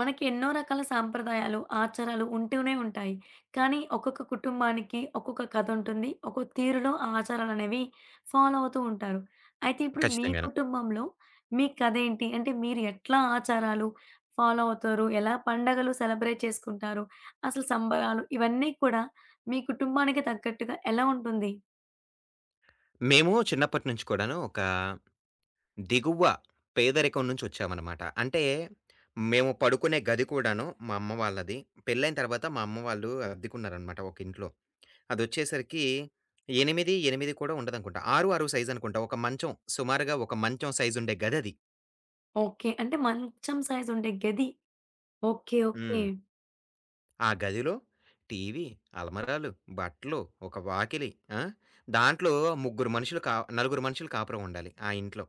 మనకి ఎన్నో రకాల సాంప్రదాయాలు, ఆచారాలు ఉంటూనే ఉంటాయి. కానీ ఒక్కొక్క కుటుంబానికి ఒక్కొక్క కథ ఉంటుంది. ఒక్కో తీరులో ఆ ఆచారాలనేవి ఫాలో అవుతూ ఉంటారు. అయితే ఇప్పుడు మీ ఖచ్చితంగాను. కుటుంబంలో మీ కథేంటి? అంటే మీరు ఎట్లా ఆచారాలు ఫాలో అవుతారు? ఎలా పండగలు సెలబ్రేట్ చేసుకుంటారు? అసలు సంబరాలు ఇవన్నీ కూడా మీ కుటుంబానికి తగ్గట్టుగా ఎలా ఉంటుంది? మేము చిన్నప్పటి నుంచి కూడాను ఒక దిగువ పేదరికం నుంచి వచ్చామనమాట. అంటే మేము పడుకునే గది కూడాను మా అమ్మ వాళ్ళది. పెళ్ళైన తర్వాత మా అమ్మ వాళ్ళు అద్దెకున్నారనమాట ఒక ఇంట్లో. అదొచ్చేసరికి 8, 8 కూడా ఉండదనుకుంటా. 6, 6 సైజ్ అనుకుంటా. ఒక మంచం సుమారుగా ఒక మంచం సైజ్ ఉండే గదది. ఓకే. అంటే మంచం సైజ్ ఉండే గది. ఓకే. ఓకే. హ్మ్. ఆ గదిలో టీవీ, అలమరాలు, బట్టలు, ఒక వాకిలి. ఆ! దాంట్లో ముగ్గురు మనుషులు కా నలుగురు మనుషులు కాపురం ఉండాలి ఆ ఇంట్లో.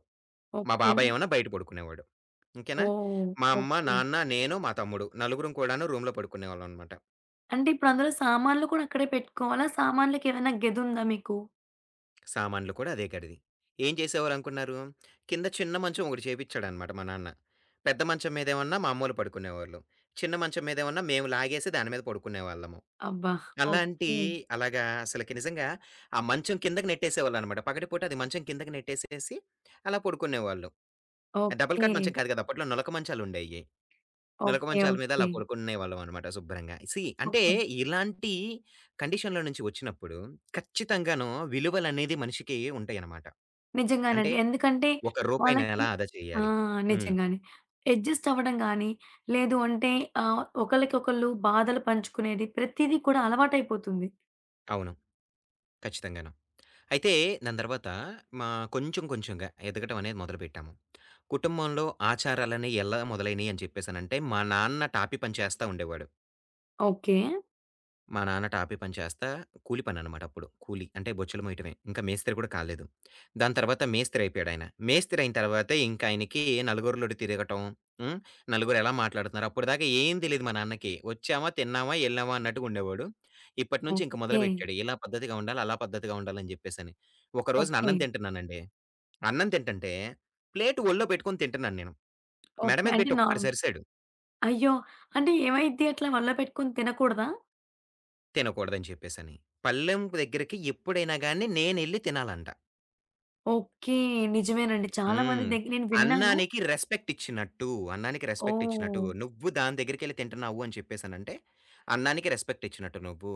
మా ఓకే. బాబాయేమన్నా బయట పడుకునేవాడు. ఓకేనా. ఓహ్! మా అమ్మ, ఓకే. నాన్న, నేను, మా తమ్ముడు నలుగురం కూడాను రూమ్‌లో పడుకునేవాళ్ళమనమాట. అంటే ఇప్పుడు అందులో సామాన్లు కూడా అక్కడే పెట్టుకోవాలా? సామాన్లకేమైనా గెదుందా మీకు? సామాన్లు కూడా అదే గడిది. ఏం చేసేవారనుకున్నారు? కింద చిన్న మంచం ఒకటి చేపిచ్చాడనమాట మా నాన్న. పెద్ద మంచం మీదేమన్నా మా అమ్మోళ్ళు పడుకునేవాళ్ళు. చిన్న మంచం మీదేమన్నా మేము లాగేసి దాని మీద పడుకునేవాళ్ళము. అబ్బా! అలాంటి ఓకే. అలాగా అసలకి నిజంగా ఆ మంచం కిందకి నెట్టేసేవాళ్ళనమాట. పగటిపూట అది మంచం కిందకి నెట్టేసేసి అలా పడుకునేవాళ్ళు. Double okay. కాట్ మంచం కాదు గదా! అప్పట్లో నులక మంచాలుండేయి. నులక ఓకే. మంచాల మీద ఓకే. అలా పడుకునేవాళ్ళం అనమాట శుభ్రంగా. సీ అంటే ఓకే. ఇలాంటి కండిషన్‌లో నుంచి వచ్చినప్పుడు ఖచ్చితంగాను విలువలనేది మనిషికి ఉంటాయనమాట. అంటే నిజంగానండి. ఎందుకంటే ఒక రూపాయిని వాళ్ళకి ఎలా ఆదా ఆ! చేయాలి? హ్మ్. నిజంగానే. అడ్జస్ట్ అవ్వడం గానీ, లేదు అంటే ఒకళ్ళకొకళ్ళు బాధలు పంచుకునేది ప్రతీదీ కూడా అలవాటైపోతుంది. అవును. ఖచ్చితంగాను. అయితే దాని తర్వాత మా కొంచెం కొంచెంగా ఎదగటం అనేది మొదలుపెట్టాము. కుటుంబంలో ఆచారాలనేయి ఎలా మొదలైనయి అని చెప్పేసనంటే మా నాన్న టాపి పని చేస్తా ఉండేవాడు. ఓకే. మా నాన్న టాపీ పని చేస్తా కూలి పననమాట అప్పుడు. కూలి అంటే బొచ్చెలు మోయటమే. ఇంకా మేస్త్రి కూడా కాలేదు. దాని తర్వాత మేస్త్రి అయిపోయాడాయన. మేస్త్రి అయిన తర్వాత ఇంక ఆయనకి నలుగురిలోటి తిరగటం, హ్మ్. నలుగురు ఎలా మాట్లాడుతున్నారు అప్పటిదాకా ఏం తెలీదు మా నాన్నకి. వచ్చామా, తిన్నామా, ఎళ్ళామా అన్నట్టుగా ఉండేవాడు. ఇప్పటి నుంచి ఇంక ఓకే. మొదలుపెట్టాడు. ఇలా పద్ధతిగా ఉండాలి, అలా పద్ధతిగా ఉండాలని జెప్పేసని. ఒకరోజున ఓకే. అన్నం తింటున్నానండి. అన్నం తింటంటే ప్లేట్ ఒళ్ళో పెట్టుకొని తింటున్నాను నేను. మెడ ఓకే. మీద అంటే పెట్టి ఒక్కటి నార్మ్ సరిసాడు అయ్యో! అంటే ఏమైద్ది అట్లా వల్ల పెట్టుకొని తినకూడదా? తినకూడదని చెప్పేసని. పళ్ళెం దగ్గరికి ఎప్పుడైనా గాని నేనెళ్లి తినాలంట. ఓకే. నిజమేనండి. చాలా మంది హ్మ్. దగ్గర నేను విన్నాను. అన్నానికి రెస్పెక్ట్ ఇచ్చినట్టు, అన్నానికి రెస్పెక్ట్ ఇచ్చినట్టు. ఓహ్! నువ్వు దాని దగ్గరికెళ్లి తింటున్నావు అని చెప్పేసనంటే, అన్నానికి రెస్పెక్ట్ ఇచ్చినట్టు నువ్వు.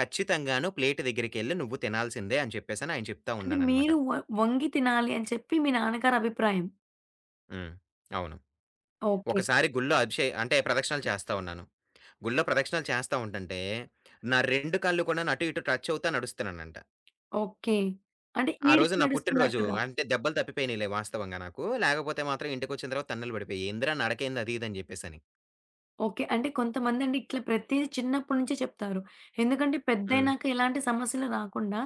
ఖచ్చితంగాను ప్లేట్ దగ్గరికెళ్లి నువ్వు తినాల్సిందే అని చెప్పేసని ఆయన చెప్తా అంటే ఉన్నాననమాట. మీరు వ వంగి తినాలి అని చెప్పి మీ నాన్నగారి అభిప్రాయం. హ్మ్. అవును. ఓకే. ఒకసారి గుళ్ళో అంటే ప్రదక్షిణలు చేస్తా ఉన్నాను. గుళ్ళో ప్రదక్షిణలు చేస్తా ఉంటంటే, నా 2 కాళ్ళు కూడాను అటు ఇటు టచ్ అవుతా నడుస్తున్నానంట. ఓకే. అంటే ఆ రోజు ఈడిచి నా పుట్టినరోజు. నడుస్తున్నట్టుగా. అంటే దెబ్బలు తప్పిపోయినయిలే వాస్తవంగా నాకు. లేకపోతే మాత్రం ఇంటికొచ్చిన తర్వాత తన్నులు పడిపోయాయి. "ఏందిరా నడకేంది అది ఇది" అని చెప్పేసని. ఓకే. అంటే కొంతమందండి ఇట్లా ప్రతీది చిన్నప్పటి నుంచే చెప్తారు. ఎందుకంటే హ్మ్. పెద్దయినాక ఎలాంటి సమస్యలు రాకుండా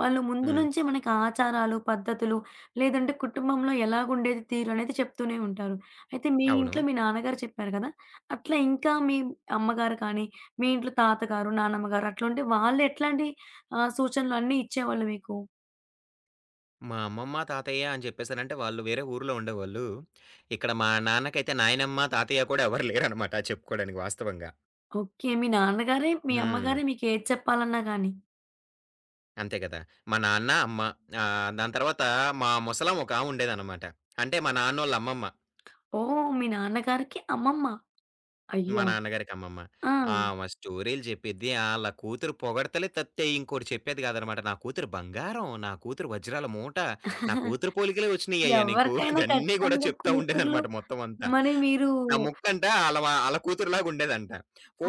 వాళ్ళు ముందు హ్మ్. నుంచే మనకి ఆచారాలు, పద్ధతులు లేదంటే కుటుంబంలో ఎలాగుండేది తీరు అనేది చెప్తూనే ఉంటారు. అయితే మీ అవును. ఇంట్లో మీ నాన్నగారు చెప్పారు కదా! అట్లా ఇంకా మీ అమ్మగారు కానీ, మీ ఇంట్లో తాతగారు, నానమ్మగారు అట్లుంటే వాళ్ళు ఎట్లాంటి సూచనలు అన్నీ ఇచ్చేవాళ్ళు మీకు? మా అమ్మమ్మ, తాతయ్య అని చెప్పేసనంటే వాళ్ళు వేరే ఊర్లో ఉండేవాళ్ళు. ఇక్కడ మా నాన్నకైతే నాయనమ్మ, తాతయ్య కూడా ఎవరు లేరనమాట చెప్పుకోడానికి వాస్తవంగా. ఓకే. మీ నాన్నగారే, మీ హ్మ్. అమ్మగారే మీకేది చెప్పాలన్నా గాని. అంతే కదా! మా నాన్న, అమ్మ ఆహ్, దాని తర్వాత మా ముసలమ్మ ఒకామె ఉండేదనమాట. అంటే మా నాన్నోళ్ళ అమ్మమ్మ. ఓహ్! మీ నాన్నగారికి అమ్మమ్మ. మా అయ్యా! నాన్నగారికి అమ్మమ్మ. ఆ! ఆమె స్టోరీలు చెప్పిద్ది. ఆళ్ళ కూతురు పొగడ్తలే తప్పితే ఇంకోటి చెప్పేది కాదనమాట. నా కూతురు బంగారం, నా కూతురు వజ్రాల మూట, నా కూతురు పోలికలే వచ్చినయ్యయ్యా నీకు. ఎవరికైనా ఇదన్నీ కూడా ఖచ్చితంగా చెప్తా కూతుర్లు ఉండేదనమాట మొత్తం అంతా. మరి మీరు నా ముక్కంట ఆళ్ళ కూతురులాగా ఉండేదంట.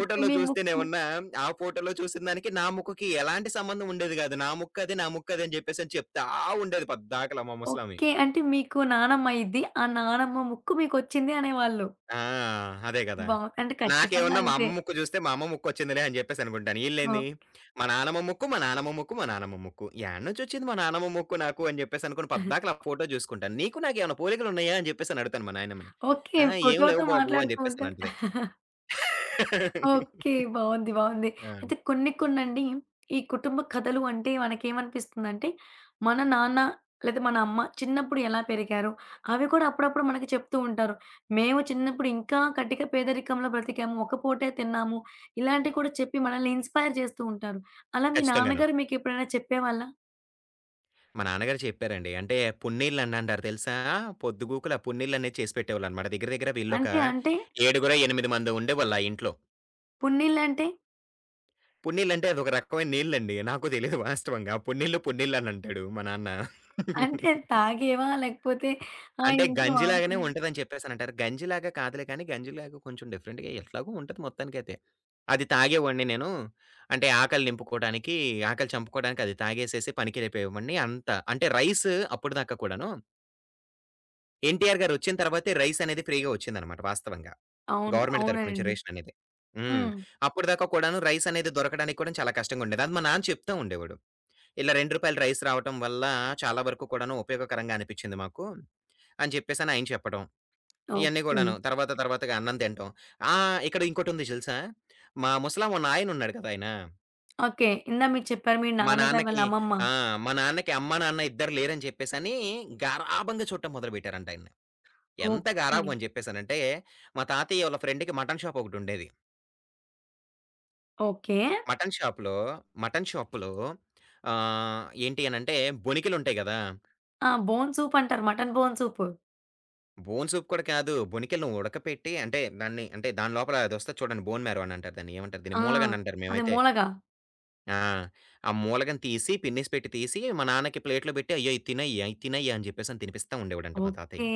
ఓకే. మీ ముక్కు చూస్తేనేమన్నా, ఆ ఫోటోలో చూసిన దానికి నా ముక్కుకి ఎలాంటి సంబంధం ఉండేది గాదు. నా ముక్కది, నా ముక్కది అని చెప్పేసని చెప్తా ఉండేది పద్దాకల మా ముసలామె. ఓకే. అంటే మీకు నానమ్మ అయ్యిద్ది. ఆ నానమ్మ ముక్కు మీకొచ్చింది అనేవాళ్ళు. ఆ! అదే గదా! బావుంది. అంటే ఖచ్చితంగా నాకేమన్నా మా అంతే. అమ్మ ముక్కు జూస్తే మా అమ్మ ముక్కొచ్చిందిలే అని జెప్పేసి అనుకుంటాను. ఈళ్ళేంది మా నానమ్మ ముక్కు, మా నానమ్మ ముక్కు, మా నానమ్మ ముక్కు. యాడనుంచొచ్చింది మా నానమ్మ ముక్కు నాకు అని జెప్పేసి అనుకోని ఆ! పద్దాకల ఆ ఫోటో జూసుకుంటాను. నీకు నాకేమన్నా పోలికలున్నాయా? అని జెప్పేసని అడుగుతాను మా నాయనమ్మని. ఓకే. ఆ! ఏం ఫోటోతో లేవు బాబు అని మాట్లాడుతూ ఉంటారు. జెప్పేసనంటది. ఓకే. బావుంది. బావుంది. ఆ! అయితే కొన్ని కొన్నండి ఈ కుటుంబ కథలు అంటే మనకేమనిపిస్తుందంటే, మన నాన్న లేదా మన అమ్మ చిన్నప్పుడు ఎలా పెరిగారో, అవి కూడా అప్పుడప్పుడు మనకి చెప్తూ ఉంటారు. మేము చిన్నప్పుడు ఇంకా కటిక పేదరికంలో బ్రతికాము. ఒక పూటే తిన్నాము. ఇలాంటివి కూడా చెప్పి మనల్ని ఇన్‌స్పైర్ చేస్తూ ఉంటారు. అలా మీ ఖచ్చితంగాను. నాన్నగారు మీకెప్పుడైనా చెప్పేవాళ్ళా? మా నాన్నగారు చెప్పారండి. అంటే పున్నీళ్ళనంటారు తెలుసా? పొద్దుగూకుల పున్నీళ్ళనేది చేసి పెట్టేవాళ్ళనమాట. దగ్గర దగ్గర వీళ్ళొక అంటే అంటే ఏడుగురో, ఎనిమిది మందో ఉండేవాళ్ళు ఆ ఇంట్లో. పున్నీళ్ళంటే? పున్నీళ్ళంటే అదొక రకమైన నీళ్ళండి. నాకు తెలీదు వాస్తవంగా. పున్నీళ్ళనంటాడు మా నాన్న. అంటే తాగేవా? లేకపోతే ఆ! అంటే ఇంట్లో గంజిలాగానే వాడుకునే ఉంటదని చెప్పేసనంటారు. గంజిలాగా కాదులే కానీ గంజిలాగా కొంచెం డిఫరెంట్‌గా ఎట్లాగో ఉంటది మొత్తానికైతే. అది తాగేవాడిని నేను. అంటే ఆకలి నింపుకోవడానికి, ఆకలి చంపుకోవడానికి అది తాగేసేసి పనికి వెళ్ళిపోయేవాడిని అంతా. అంటే రైస్ అప్పటిదాకా కూడాను ఎన్టీఆర్ గారు వచ్చిన తర్వాతే రైస్ అనేది ఫ్రీగా వచ్చిందనమాట వాస్తవంగా. అవును. గవర్నమెంట్ తరపు నుంచి అవునండి. రేషన్ అనేది. హ్మ్. హ్మ్. అప్పటిదాకా కూడాను రైస్ అనేది దొరకడానికి కూడా చాలా కష్టంగా ఉండేది. అది మా నాన్న చెప్తా ఉండేవాడు. ఇలా రూ. 2 రైస్ రావటం వల్ల చాలా వరకు కూడాను ఉపయోగకరంగా అనిపించింది మాకు అని చెప్పేసని ఆయన చెప్పడం. ఇయన్నీ ఓకే. కూడాను. తర్వాత తర్వాతగా అన్నం తినటం. ఆ! ఇక్కడ ఇంకోటుంది తెలుసా? మా నాయనున్నాడు కదా! ఆయన. ఓకే. ఇందాక మీరు చెప్పారు మీ మా నాన్నగారు వాళ్ళ నాన్నకి అమ్మమ్మ. ఆ! మా నాన్నకి అమ్మ, నాన్న ఇద్దరు లేరని చెప్పేసని గారాబంగా చూడటం మొదలుపెట్టారంట ఆయన్ని. ఎంత ఓకే. గారాబం అని చెప్పేసానంటే, మా తాతయ్య వాళ్ళ ఫ్రెండ్‌కి మటన్ షాప్ ఒకటుండేది. ఓకే. మటన్ షాప్‌లో మటన్ షాప్‌లో ఏంటి అనంటే బొనికిలుంటాయి గదా! ఆ! బోన్ సూప్ అంటారు. Mutton bone soup. Bone soup కూడా కాదు. బొనికిలని ఉడకపెట్టి అంటే దాని లోపల అదొస్తది చూడండి బోన్ మ్యారో అని అంటారు దాన్ని. ఏమంటారు ఆ! దీన్ని? మూలగన్ అంటారు అదే మేమైతే. మూలగా. ఆ! ఆ మూలగని తీసి పిన్నేసి పెట్టి తీసి మా నాన్నకి ప్లేట్‌లో పెట్టి "అయ్యో! ఇది తినెయ్య, ఇది తినెయ్య" అని చెప్పేసని తినిపిస్తా ఉండేవాడంట మా ఓకే. తాతయ్య.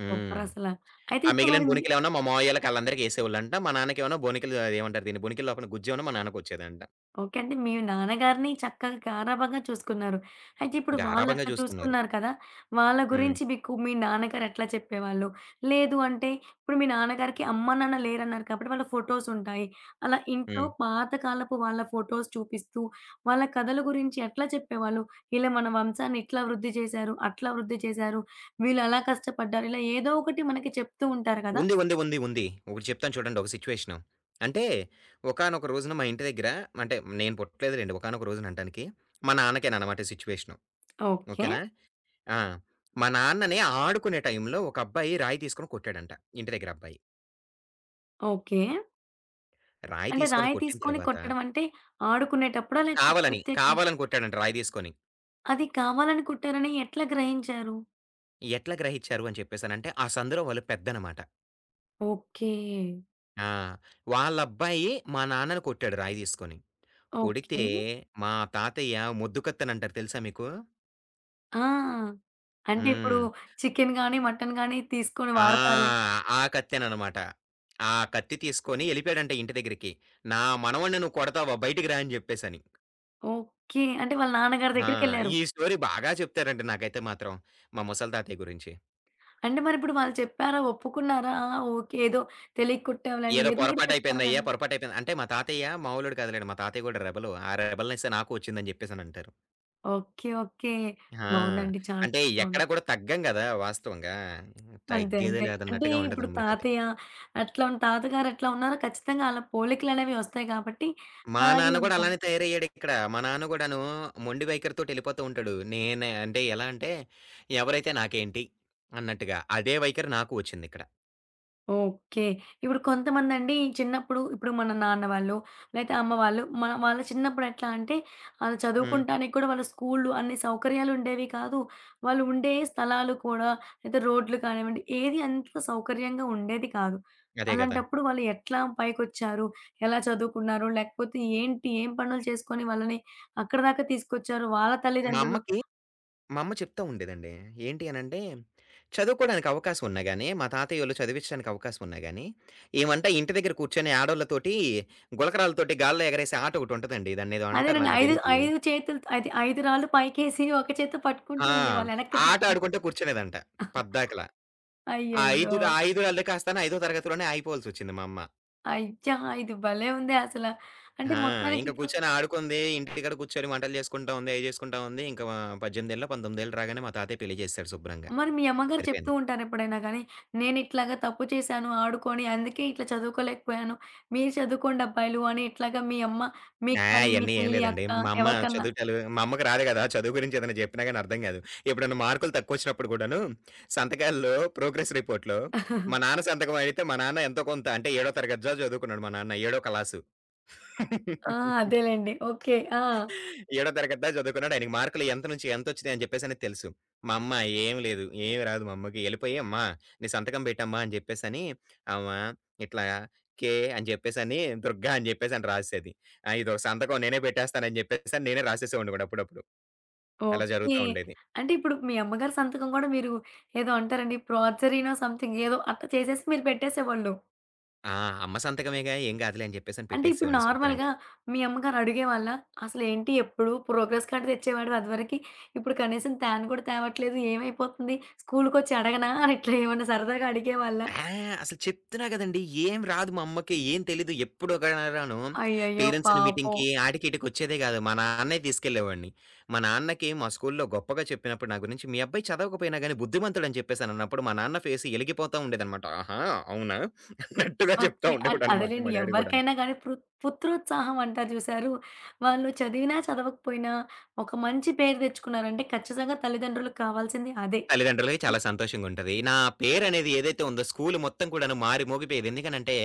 హ్మ్. అయితే ఆ ఇప్పుడు మరి మిగిలిన మీ బొనికిలేమన్నా మా మావయ్యోళ్ళకి ఆళ్ళందరికేసేవాళ్ళంట. మా నాన్నకేమన్నా బొనికిలు అదేమంటారు దీన్ని? బొనికిల లోపల గుజ్జేమన్నా మా నాన్నకొచ్చేదంట. ఓకే. అంటే మీ నాన్నగారిని చక్కగా గారాబంగా చూసుకున్నారు. అయితే ఇప్పుడు గారాబంగా వాళ్ళట్లా చూసుకున్నారు. చూసుకున్నారు కదా! వాళ్ళ హ్మ్. గురించి మీకు మీ నాన్నగారు ఎట్లా చెప్పేవాళ్ళు? లేదు అంటే ఇప్పుడు మీ నాన్నగారికి అమ్మ, నాన్న లేరన్నారు కాబట్టి వాళ్ళ ఫోటోసుంటాయి. అలా ఇంట్లో హ్మ్. పాతకాలపు వాళ్ళ ఫోటోస్ చూపిస్తూ, వాళ్ళ కథల గురించి ఎట్లా చెప్పేవాళ్ళు? ఇలా మన వంశాన్ని ఇట్లా వృద్ధి చేశారు, అట్లా వృద్ధి చేశారు, వీళ్ళలా కష్టపడ్డారు. ఇలా ఏదో ఒకటి మనకి చెప్తూ ఉంటారు కదా! ఉంది. ఉంది. ఉంది. ఉంది. ఒకటి చెప్తాను చూడండి ఒక సిట్యుయేషను. అంటే ఒకానొక రోజున మా ఇంటి దగ్గర అంటే నేను పుట్టలేదులెండి. ఒకానొక రోజున అంటానికి మా నాన్నకేననమాట సిట్యుయేషను. ఓకే. ఓకేనా? ఆ! మా నాన్నని ఆడుకునే టైంలో ఒక అబ్బాయి రాయి తీసుకొని కొట్టాడంట. ఇంటి దగ్గర అబ్బాయి. ఓకే. రాయి అంటే తీసుకొని రాయి కొట్టిన తీసుకొని తర్వాత కొట్టడం అంటే ఆడుకునేటప్పుడా? లేకపోతే కావాలని, ప్రత్యేకంగా? కావాలని కొట్టాడంట రాయి తీసుకొని. అది కావాలని కుట్టారని ఎట్లా గ్రహించారు? ఎట్లా గ్రహించారు అని చెప్పేసనంటే ఆ సందులో వాళ్ళు పెద్దనమాట. ఓకే. ఆ! వాళ్ళబ్బాయి మా నాన్నని కొట్టాడు రాయి తీసుకొని. కొడితే ఓకే. మా తాతయ్య మొద్దు కత్తెనంటారు తెలుసా మీకు? ఆ! అంటే ఇప్పుడు హ్మ్. చికెను గాని, మటను గాని తీసుకొని ఆ! వాడతారు. ఆ కత్తెననమాట. ఆ కత్తి తీసుకొని ఎళ్ళిపోయాడంట ఇంటి దగ్గరికి. "నా మనవడిని నువ్వు కొడతావా? బయటికి రా" అని జెప్పేసని. ఓకే. అంటే వాళ్ళ నాన్నగారి ఆ! దగ్గరికెళ్లారు. ఈ స్టోరీ బాగా చెప్తారండి నాకైతే మాత్రం మా ముసలి తాతయ్య గురించి. అంటే మరిప్పుడు వాళ్ళు చెప్పారా? ఒప్పుకున్నారా? ఆ! ఓకే. ఏదో తెలియక కుట్టాంలే అని "ఏదో ఏదో ఒకటి చెప్తారు పొరపాటయిపోయిందయ్యా, కదా! పొరపాటయిపోయింది." అంటే మా తాతయ్య మామూలోడు కాదులేండి. మా తాతయ్య గూడా రెబెలు. ఆ రెబెల్‌నెస్ నాకు వచ్చిందని జెప్పేసనంటారు. ఓకే. ఓకే. ఆ! బావుందండి. చాలా అంటే చక్కగా ఉంది. ఎక్కడ కూడా తగ్గం గదా! వాస్తవంగా. అంతే. తగ్గేదే అంతే. అంటే లేదన్నట్టుగా ఇప్పుడు ఉండదనమాట. తాతయ్య అట్లా ఉన్న తాతగారు ఎట్లా ఉన్నారో ఖచ్చితంగా అలా పోలికలనేవి వస్తాయి కాబట్టి మా అలాగే నాన్న గూడా ఉంటాం. అలానే తయారయ్యాడిక్కడ. మా నాన్న గూడాను మొండి వైఖరితోటి యెళ్ళిపోతూ ఉంటాడు. నేనే అంటే ఎలా అంటే, ఎవరైతే నాకేంటి అన్నట్టుగా. అదే వైఖరి నాకు వచ్చిందిక్కడ. ఓకే. ఇప్పుడు కొంతమందండి చిన్నప్పుడు ఇప్పుడు మన నాన్న వాళ్ళు, లేతే అమ్మ వాళ్ళు మన వాళ్ళ చిన్నప్పుడు ఎట్లా అంటే ఆళ్ళు హ్మ్. చదువుకుంటానికి కూడా వాళ్ళ స్కూళ్ళు అన్ని సౌకర్యాలుండేవి కాదు. వాళ్ళు ఉండే స్థలాలు కూడా లేతే రోడ్లు కానివ్వండి, ఏది అంత సౌకర్యంగా ఉండేది కాదు. అదే గదా! అలాంటప్పుడు వాళ్ళు ఎట్లా పైకొచ్చారు? ఎలా చదువుకున్నారు? లేకపోతే ఏంటి? ఏం పనులు చేసుకొని వాళ్ళని అక్కడి దాకా తీసుకొచ్చారు? వాళ్ళ మా తల్లిదండ్రులు అమ్మకి మా అమ్మ చెప్తా ఉండేదండి. ఏంటి అనంటే, చదువుకోడానికి అవకాశం ఉన్నా గాని, మా తాతయ్యోళ్ళు చదివిచ్చడానికి అవకాశం ఉన్నా గాని, ఏమంటే ఇంటి దగ్గర కూర్చొని ఆడోళ్ళతోటి గులకరాళ్ళతోటి గాల్లో ఎగరేసే ఆట ఒకటుంటదండి. దాన్నేదో అంటారు అదేనండి. నాకు 5, తెలీదు. 5 చేతులు అది 5 రాళ్ళు పైకేసి ఒక చేత్తో పట్టుకుంటూ ఆ! ఉండేవాళ్ళు వెనక్కి ఆ ఆట తిప్పి. ఆడుకుంటూ కూర్చునేదంట పద్దాకల. ఆ! 5 అయ్యయ్యో! ర 5 అల్లె కాస్తాను ఐదో తరగతిలోనే ఆగిపోవాల్సొచ్చింది మా అమ్మ. అయ్యా! ఇది భలే ఉందే అసల. అంటే ఆ! మొత్తానికి ఇంక ఇప్పుడు కూర్చొని ఆడుకుంది. ఇంటికాడ కూర్చొని వంటలు చేసుకుంటా ఉంది. అయి చేసుకుంటా ఉంది. ఇంక మా 18 19 రాగానే మా తాతయ్య పెళ్లి చేసేసాడు శుభ్రంగా. మరి మీ అమ్మగారు చెప్తూ సరిపోయింది. ఉంటారా ఎప్పుడైనా గానీ, నేనిట్లాగా తప్పు చేశాను ఆడుకొని, అందుకే ఇట్లా చదువుకోలేకపోయాను. మీరు చదువుకోండి అబ్బాయిలు అని ఇట్లాగా మీ అమ్మ మీకు ఆ! కానీ, మీ అయన్నీ ఏం చెల్లి, లేదండి. అక్క మా అమ్మ ఎవరికన్నా చదువుటాలు మా అమ్మకి రాదు గదా! చదువు గురించి ఏదైనా జెప్పినా గాని అర్థం గాదు. ఎప్పుడన్నా మార్కులు తక్కువొచ్చినప్పుడు గూడాను సంతకాల్లో ప్రోగ్రెస్ రిపోర్ట్‌లో మా నాన్న సంతకం అయితే మా నాన్న ఎంతో కొంత అంటే ఏడో తరగతి దాకా చదువుకున్నాడు మా నాన్న ఏడో క్లాసు. ఆ! అదేలెండి. ఓకే. ఆ! ఏడో తరగతి దాకా చదువుకున్నాడు. ఆయనకి మార్కులు ఎంత నుంచి ఎంతొచ్చినాయి అని చెప్పేసని తెలుసు. మా అమ్మ "ఏం లేదు. ఏమి రాదు మా అమ్మకి. ఎళ్ళిపోయి అమ్మా నీ సంతకం పెట్టమ్మా" అని చెప్పేసని ఆమ ఇట్లా కే అని చెప్పేసని, దుర్గా అని చెప్పేసని రాసేది. ఆ! ఇదొక సంతకం నేనే పెట్టేస్తానని చెప్పేసని నేనే రాసేసేవాడిని కూడా అప్పుడప్పుడు. అలా ఓకే. జరుగుతా ఉండేది. అంటే ఇప్పుడు మీ అమ్మగారి సంతకం గూడా మీరు ఏదో అంటారండి ప్రాజరీనో సంథింగ్ ఏదో అట్లా చేసేసి మీరు పెట్టేసేవాళ్ళు. ఆ! అమ్మ సంతకమేగా ఏం కాదులే అని చెప్పేసని అంటే ఇప్పుడు పెట్టేసేవాడిని నార్మల్‌గా శుభ్రంగా. మీ అమ్మగారు అడిగేవాళ్ళా? "అసలేంటి ఎప్పుడు ప్రోగ్రెస్ కార్డ్ తెచ్చేవాడివి అదివరకి, ఇప్పుడు కనీసం తాను కూడా తేవట్లేదు. ఏమైపోతుంది? స్కూలుకొచ్చి అడగనా?" అని ఇట్లా ఏమన్నా సరదాగా అడిగేవాళ్ళా? ఆ! అసలు చెప్తున్నా గదండీ! ఏం రాదు మా అమ్మకి. ఏం తెలీదు. ఎప్పుడు ఒకరాను అయ్యయ్యో! పేరెంట్స్ పాపం. మీటింగ్‌కి ఆటికి ఈటికి వచ్చేదే గాదు. మా నాన్నే తీసుకెళ్ళేవాడిని. మా నాన్నకి మా స్కూల్‌లో గొప్పగా చెప్పినప్పుడు నా గురించి, "మీ అబ్బాయి చదవకపోయినా గాని బుద్ధిమంతుడని" చెప్పేసనన్నప్పుడు మా నాన్న ఫేస్ ఎలిగిపోతా ఉండేదనమాట. "ఆహా! అవునా?" అన్నట్టుగా చెప్తా ఓకే. ఉండేవాడనమాట అదేలెండి మా డ్యాడీ గూడాను. ఎవరికైనా గానీ పుత్రోత్సాహం అంటారు చూశారు? వాళ్ళు చదివినా, చదవకపోయినా ఒక మంచి పేరు తెచ్చుకున్నారంటే ఖచ్చితంగా తల్లిదండ్రులకు కావాల్సింది అదే. తల్లిదండ్రులకి చాలా సంతోషంగుంటది. నా పేరనేది ఏదైతే ఉందో స్కూలు మొత్తం కూడాను మారి మోగిపోయేది. ఎందుకనంటే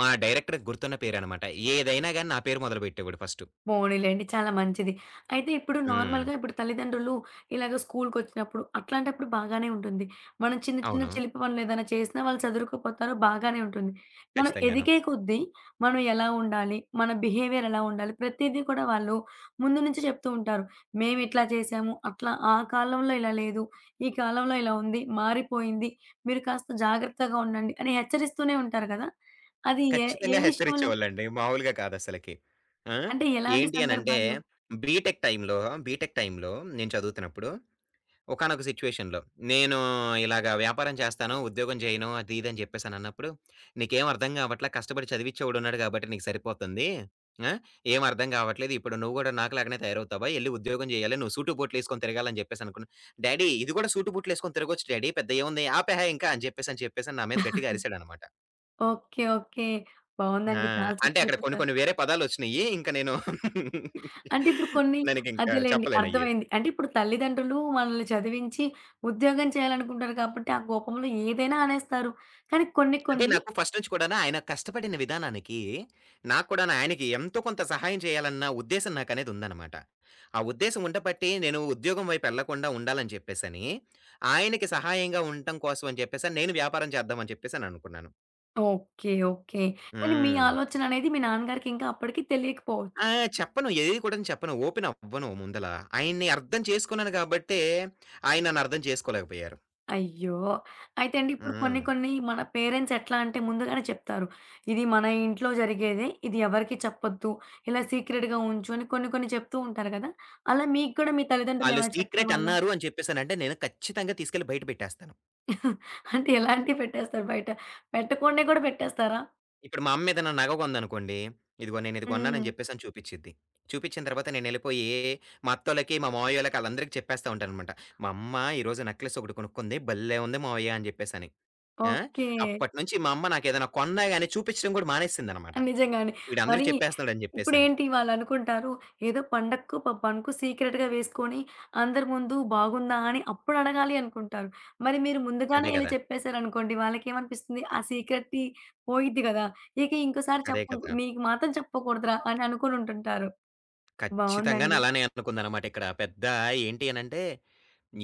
మా డైరెక్టర్‌కి గుర్తున్న పేరనమాట. ఏదైనా గాని నా పేరు మొదలుపెట్టేవాడు ఫస్టు. పోనీలెండి. చాలా మంచిది. అయితే ఇప్పుడు హ్మ్. నార్మల్‌గా ఇప్పుడు తల్లిదండ్రులు ఇలాగ స్కూలుకొచ్చినప్పుడు అట్లాంటప్పుడు బాగానే ఉంటుంది. మనం చిన్న చిన్న అవును. చిలిపి పనులేదైనా చేసినా వాళ్ళు చదురుకుపోతారు బాగానే ఉంటుంది. మనం ఖచ్చితంగాను. ఎదిగే కొద్దీ మనం ఎలా ఉండాలి? మన బిహేవియర్ ఎలా ఉండాలి? ప్రతీదీ కూడా వాళ్ళు ముందు నుంచి చెప్తూ ఉంటారు. మేమిట్లా చేశాము. అట్లా ఆ కాలంలో ఇలా లేదు. ఈ కాలంలో ఇలా ఉంది. మారిపోయింది. మీరు కాస్త జాగ్రత్తగా ఉండండి అని హెచ్చరిస్తూనే ఉంటారు కదా! అది ఏ ఏ ఖచ్చితంగా విషయంలో? హెచ్చరించేవాళ్ళండి. మామూలుగా కాదసలకి. ఆ! అంటే ఎలాంటి ఏంటి అనంటే, సందర్భాల్లో? బీటెక్ టైమ్‌లో, బీటెక్ టైమ్‌లో నేను చదువుతున్నప్పుడు ఒకానొక సిట్యుయేషన్‌లో నేను ఇలాగ వ్యాపారం చేస్తాను, ఉద్యోగం చేయను అది ఇది అని చెప్పేసనన్నప్పుడు, "నీకేం అర్థం గావట్లా కష్టపడి చదివిచ్చేవోడున్నాడు గాబట్టి నీకు సరిపోతంది. ఆ! ఏం అర్థం గావట్లేదు. ఇప్పుడు నువ్వు గూడా నాకులాగానే తయారవుతావా? ఎళ్లి ఉద్యోగం జేయాలి. నువ్వు సూటు బూట్లేసుకొని తిరగాలని" జెప్పేసనుకున్నా. "డాడీ ఇది గూడా సూటు బూట్లేసుకొని తిరగొచ్చు డాడీ. పెద్ద ఏముంది? ఆపేహే ఇంకా" అని చెప్పేసని నా మీద గట్టిగా అరిసాడనమాట. ఓకే. ఓకే. ఆ! బావుందండి. చాలా అంటే చక్కగా అక్కడ కొన్ని చెప్పారు. కొన్ని వేరే పదాలొచ్చినియి. ఇంక నేను అంటే ఇప్పుడు కొన్ని నేనికింకా అదేలెండి చెప్పలేనయ్యి. అర్థమైంది. అంటే ఇప్పుడు తల్లిదండ్రులు మనల్ని చదివించి ఉద్యోగం చేయాలనుకుంటారు కాబట్టి ఆ కోపంలో ఏదైనా అనేస్తారు. కానీ కొన్ని అంటే కొన్ని నాకు ఫస్ట్ నుంచి కూడాను ఆయన కష్టపడిన విధానానికి, నాకు కూడాను ఆయనకి ఎంతో కొంత సహాయం చేయాలన్న ఉద్దేశం నాకనేది ఉందనమాట. ఆ ఉద్దేశం ఉండబట్టి నేను ఉద్యోగం వైపు ఎళ్ళకుండా ఉండాలని చెప్పేసని, ఆయనకి సహాయంగా ఉండటం కోసం అని చెప్పేసని నేను వ్యాపారం చేద్దామని చెప్పేసననుకున్నాను. ఓకే. ఓకే. కానీ మీ హ్మ్. ఆలోచన అనేది మీ నాన్నగారికి ఇంకా అప్పటికి తెలియకపోవచ్చు. ఆ! చెప్పను. ఏది కూడాను చెప్పను. ఓపెన్ అవ్వను ముందల. ఆయన్ని అర్థం చేసుకున్నాను కాబట్టే, ఆయన నన్నర్థం చేసుకోలేకపోయారు. అయ్యో! అయితే అండి ఇప్పుడు కొన్ని హ్మ్. కొన్ని మన పేరెంట్స్ ఎట్లా అంటే ముందుగానే చెప్తారు. ఇది మన ఇంట్లో జరిగేదే. ఇది ఎవరికీ చెప్పొద్దు. ఇలా సీక్రెట్‌గా ఉంచు అని కొన్ని కొన్ని చెప్తూ ఉంటారు కదా! అలా మీకు కూడా మీ తల్లిదండ్రులు ఆళ్ళు ఏమైనా సీక్రెట్ చెప్పేవాళ్ళా? అన్నారు అని చెప్పేసనంటే, నేను ఖచ్చితంగా తీసుకెళ్ళి బయట పెట్టేస్తాను. అంటే ఎలాంటివి పెట్టేస్తారు బయట? పెట్టకుండాయి గూడా పెట్టేస్తారా? ఇప్పుడు మా అమ్మ ఏదైనా నగ కొందనుకోండి, "ఇదిగో నేను ఇది హ్మ్. కొన్నానని" చెప్పేసని చూపిచ్చిద్ది. చూపిచ్చిన తర్వాత నేనెళ్ళిపోయి మా అత్తోళ్ళకి, మా మావయ్యోళ్ళకి ఆళ్ళందరికీ చెప్పేస్తా ఉంటాననమాట. "మా అమ్మ ఈరోజు నెక్లెస్ ఒకటి కొనుక్కుంది. భలే ఉంది మావయ్య" అని జెప్పేసని. ఆ! ఓకే. అప్పటినుంచి మా అమ్మ నాకేదైనా కొన్నా గాని చూపిచ్చడం గూడా మానేసిందనమాట. నిజంగానే. మరి వీడందరికి చెప్పేస్తున్నాడని జెప్పేసని. ఇప్పుడేంటి వాళ్ళనుకుంటారు, ఏదో పండక్కు, పబ్బనుకో సీక్రెట్‌గా వేసుకొని అందరి ముందు బాగుందా అని అప్పుడడగాలి అనుకుంటారు. మరి మీరు ముందుగానే అదే ఇలా గదా! చెప్పేశారనుకోండి, వాళ్ళకేమనిపిస్తుంది? ఆ సీక్రెట్‌ది పోయిద్ది గదా! ఇక ఇంకోసారి అదే చెప్పకు కదా! నీకు మాత్రం చెప్పకూడదురా అని అనుకోనుంటుంటారు. ఖచ్చితంగాను బావుందండి. అలానే అనుకుందనమాట ఇక్కడ. పెద్ద ఏంటి అనంటే,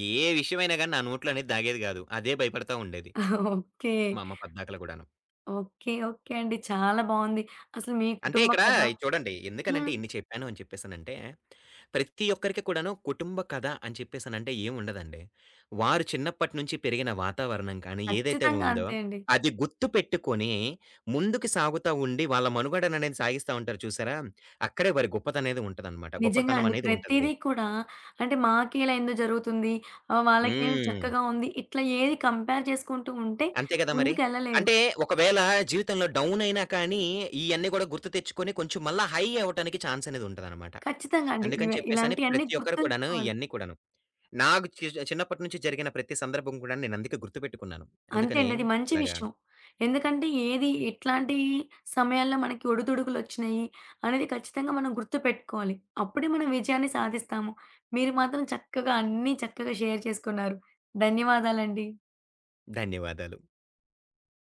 ఏ విషయమైనా గాని నా నోట్లో అనేది దాగేది గాదు. అదే భయపడతా ఉండేది. ఓకే. మా అమ్మ పద్దాకల గూడాను. ఓకే. ఓకే అండి. చాలా బావుంది. అసలు మీ అంటే కుటుంబ ఇక్కడ కథ ఇది చూడండి. హ్మ్. ఎందుకనంటే ఇన్ని చెప్పాను అని చెప్పేసనంటే, ప్రతి ఒక్కరికి కూడాను కుటుంబ కథ అని చెప్పేసనంటే ఏముండదండి. వారు చిన్నప్పటి నుంచి పెరిగిన వాతావరణం కానీ, ఏదైతే ఖచ్చితంగా ఉందో అంతే అండి. అది గుర్తుపెట్టుకొని ముందుకు సాగుతా ఉండి వాళ్ళ మనుగడననేది సాగిస్తా ఉంటారు చూసారా? అక్కడే వారి గొప్పతనేది ఉంటదనమాట. నిజంగా గొప్పతనం అండి. అనేది ఉంటది. ప్రతీదీ కూడా అంటే మాకిలా ఎందుకు జరుగుతుంది? వాళ్ళకేమి హ్మ్. చక్కగా ఉంది. ఇట్లా ఏది కంపేర్ చేసుకుంటూ ఉంటే అంతే కదా మరి. ముందుకెళ్ళలేరు. అంటే ఒకవేళ జీవితంలో డౌన్ అయినా కానీ, ఇయన్నీ కూడా గుర్తు తెచ్చుకొని కొంచెం మళ్ళా హై అవ్వటానికి ఛాన్స్ అనేది ఉంటదనమాట. ఖచ్చితంగా అండి. అందుకని చెప్పేసని ఇలాంటియన్నీ ప్రతి ఒక్కరు కూడాను గుర్తుంచుకోవాలి. ఇయన్నీ కూడాను. నాకు చిన్నప్పటి నుంచి జరిగిన ప్రతి సందర్భం కూడా నేను అందుకే గుర్తుపెట్టుకున్నాను. అంతే అందుకని అండి. అది మంచి ఇలాగా విషయం. ఎందుకంటే ఏది ఎట్లాంటి సమయాల్లో మనకి ఒడిదుడుకులొచ్చినాయి అనేది ఖచ్చితంగా మనం గుర్తుపెట్టుకోవాలి. అప్పుడే మనం విజయాన్ని సాధిస్తాము. మీరు మాత్రం చక్కగా అన్నీ చక్కగా షేర్ చేసుకున్నారు. ధన్యవాదాలండి. ధన్యవాదాలు.